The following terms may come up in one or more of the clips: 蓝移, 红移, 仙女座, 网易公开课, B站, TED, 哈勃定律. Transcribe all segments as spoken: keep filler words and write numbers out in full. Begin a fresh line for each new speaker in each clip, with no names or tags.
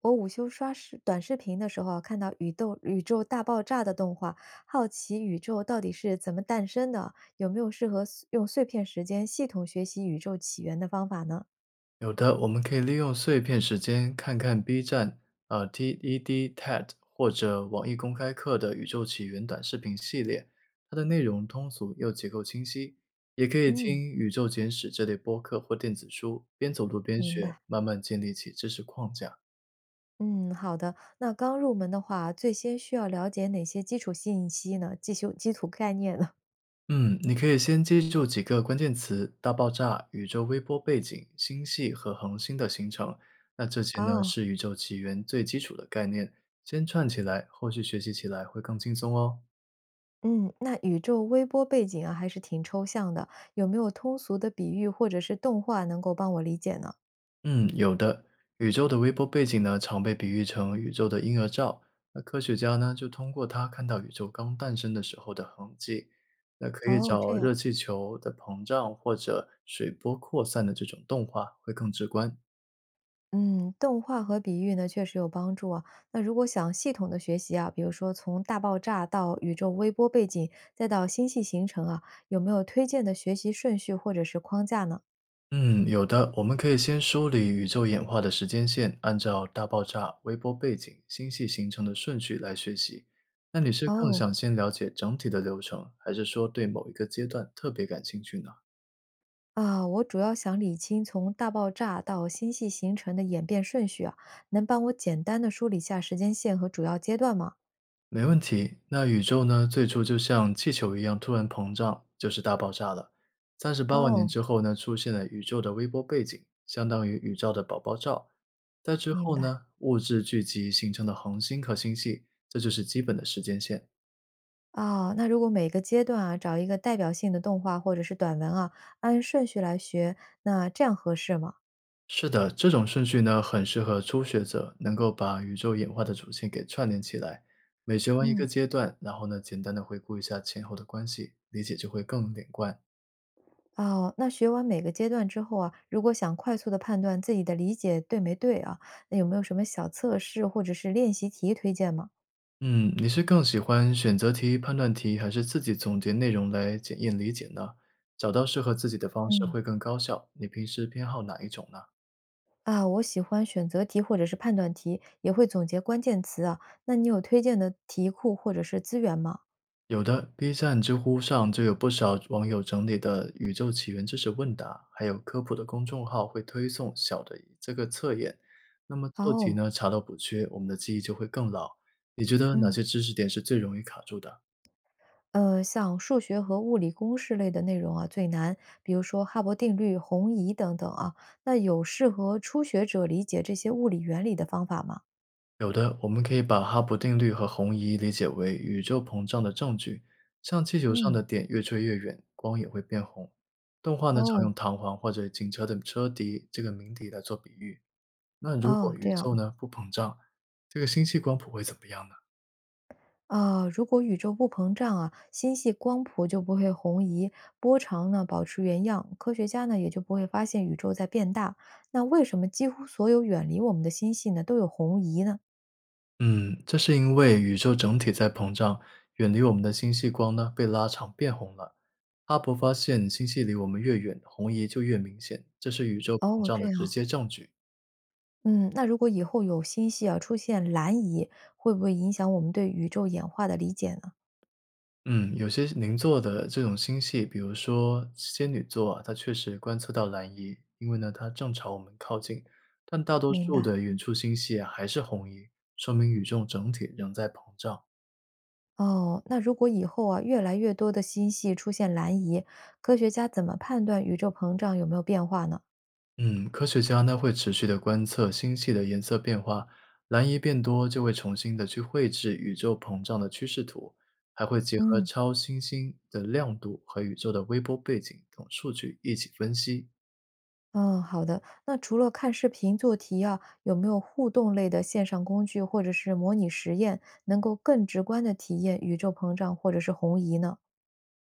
我午休刷视短视频的时候啊，看到宇宙宇宙大爆炸的动画，好奇宇宙到底是怎么诞生的，有没有适合碎用碎片时间系统学习宇宙起源的方法呢？
有的，我们可以利用碎片时间看看 B 站、呃 T E D、T E D 或者网易公开课的《宇宙起源》短视频系列，它的内容通俗又结构清晰。也可以听
嗯，
《宇宙简史》这类播客或电子书，边走路边
明
学，
白。
慢慢建立起知识框架。
嗯，好的。那刚入门的话，最先需要了解哪些基础信息呢？基础基础概念呢？
嗯，你可以先记住几个关键词：大爆炸、宇宙微波背景、星系和恒星的形成。那这 些呢，
哦，
是宇宙起源最基础的概念，先串起来，后续学习起来会更轻松哦。
嗯，那宇宙微波背景啊，还是挺抽象的，有没有通俗的比喻或者是动画能够帮我理解呢？
嗯，有的。宇宙的微波背景呢，常被比喻成宇宙的婴儿罩。那科学家呢，就通过它看到宇宙刚诞生的时候的痕迹。那可以
哦，
找
这样。
热气球的膨胀或者水波扩散的这种动画，会更直观。
嗯，动画和比喻呢，确实有帮助啊。那如果想系统的学习啊，比如说从大爆炸到宇宙微波背景，再到星系形成啊，有没有推荐的学习顺序或者是框架呢？
嗯，有的，我们可以先梳理宇宙演化的时间线，按照大爆炸、微波背景、星系形成的顺序来学习。那你是更
哦，
想先了解整体的流程，还是说对某一个阶段特别感兴趣呢？
啊，我主要想理清从大爆炸到星系形成的演变顺序啊，能帮我简单的梳理下时间线和主要阶段吗？
没问题。那宇宙呢，最初就像气球一样突然膨胀，就是大爆炸了。三十八万年
哦，
之后呢，出现了宇宙的微波背景，相当于宇宙的宝宝罩。在之
明
后
白。
呢，物质聚集形成的恒星和星系，这就是基本的时间线。
啊，那如果每个阶段啊，找一个代表性的动画或者是短文啊，按顺序来学，那这样合适吗？
是的，这种顺序呢，很适合初学者，能够把宇宙演化的主线给串联起来。每学完一个
嗯。
阶段，然后呢，简单的回顾一下前后的关系，理解就会更连贯。
哦，那学完每个阶段之后啊，如果想快速的判断自己的理解对没对啊，那有没有什么小测试或者是练习题推荐吗？
嗯，你是更喜欢选择题、判断题，还是自己总结内容来检验理解呢？找到适合自己的方式
嗯，
会更高效。你平时偏好哪一种呢？
啊，我喜欢选择题或者是判断题，也会总结关键词啊。那你有推荐的题库或者是资源吗？
有的，B 站、知乎上就有不少网友整理的宇宙起源知识问答，还有科普的公众号会推送小的这个测验。那么做题
哦，
呢，查漏补缺，我们的记忆就会更牢。你觉得哪
嗯，
些知识点是最容易卡住的？
呃，像数学和物理公式类的内容啊最难，比如说哈勃定律、红移等等啊。那有适合初学者理解这些物理原理的方法吗？
有的，我们可以把哈勃定律和红移理解为宇宙膨胀的证据，像气球上
嗯，
的点越吹越远，光也会变红。动画呢，常用
哦，
弹簧或者警车的车笛这个鸣笛来做比喻。那如果
哦，
宇
这样
宙
啊。
呢不膨胀，这个星系光谱会怎么样呢？
啊，如果宇宙不膨胀啊，星系光谱就不会红移，波长呢保持原样，科学家呢也就不会发现宇宙在变大。那为什么几乎所有远离我们的星系呢都有红移呢？
嗯，这是因为宇宙整体在膨胀，远离我们的星系光呢被拉长变红了。阿勃发现，星系离我们越远，红移就越明显，这是宇宙膨
哦，
胀的
这
直
样，
接证据。
嗯，那如果以后有星系啊出现蓝移，会不会影响我们对宇宙演化的理解呢？
嗯，有些邻座的这种星系，比如说仙女座啊，它确实观测到蓝移，因为呢它正朝我们靠近。但大多
明
数
白。
的远处星系啊还是红移，说明宇宙整体仍在膨胀。
哦，那如果以后啊越来越多的星系出现蓝移，科学家怎么判断宇宙膨胀有没有变化呢？
嗯，科学家呢会持续的观测星系的颜色变化，蓝移变多就会重新的去绘制宇宙膨胀的趋势图，还会结合
嗯。
超新星的亮度和宇宙的微波背景等数据一起分析。
嗯，好的。那除了看视频做题啊，有没有互动类的线上工具或者是模拟实验，能够更直观的体验宇宙膨胀或者是红移呢？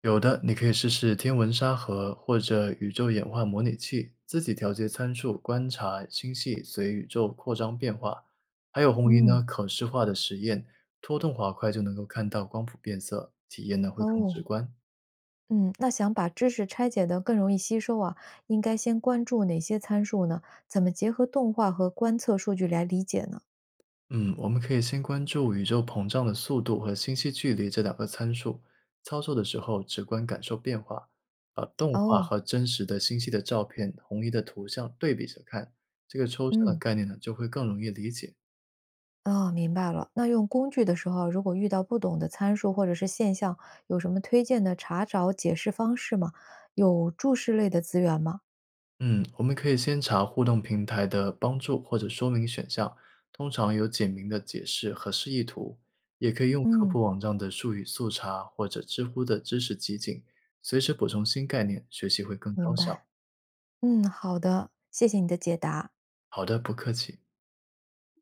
有的你可以试试天文沙盒或者宇宙演化模拟器，自己调节参数，观察星系随宇宙扩张变化。还有红移
嗯，
呢可视化的实验，拖动滑块就能够看到光谱变色，体验呢会更
哦，
直观。
嗯，那想把知识拆解的更容易吸收啊，应该先关注哪些参数呢？怎么结合动画和观测数据来理解呢？
嗯，我们可以先关注宇宙膨胀的速度和星系距离这两个参数，操作的时候直观感受变化，把动画和
哦，
真实的星系的照片、红移的图像对比着看，这个抽象的
嗯。
概念呢就会更容易理解。
哦，明白了。那用工具的时候，如果遇到不懂的参数或者是现象，有什么推荐的查找解释方式吗？有注释类的资源吗？
嗯，我们可以先查互动平台的帮助或者说明选项，通常有简明的解释和示意图，也可以用科
嗯，
普网站的术语速查或者知乎的知识集锦，随时补充新概念，学习会更高
明
效。
白。嗯，好的，谢谢你的解答。
好的，不客气。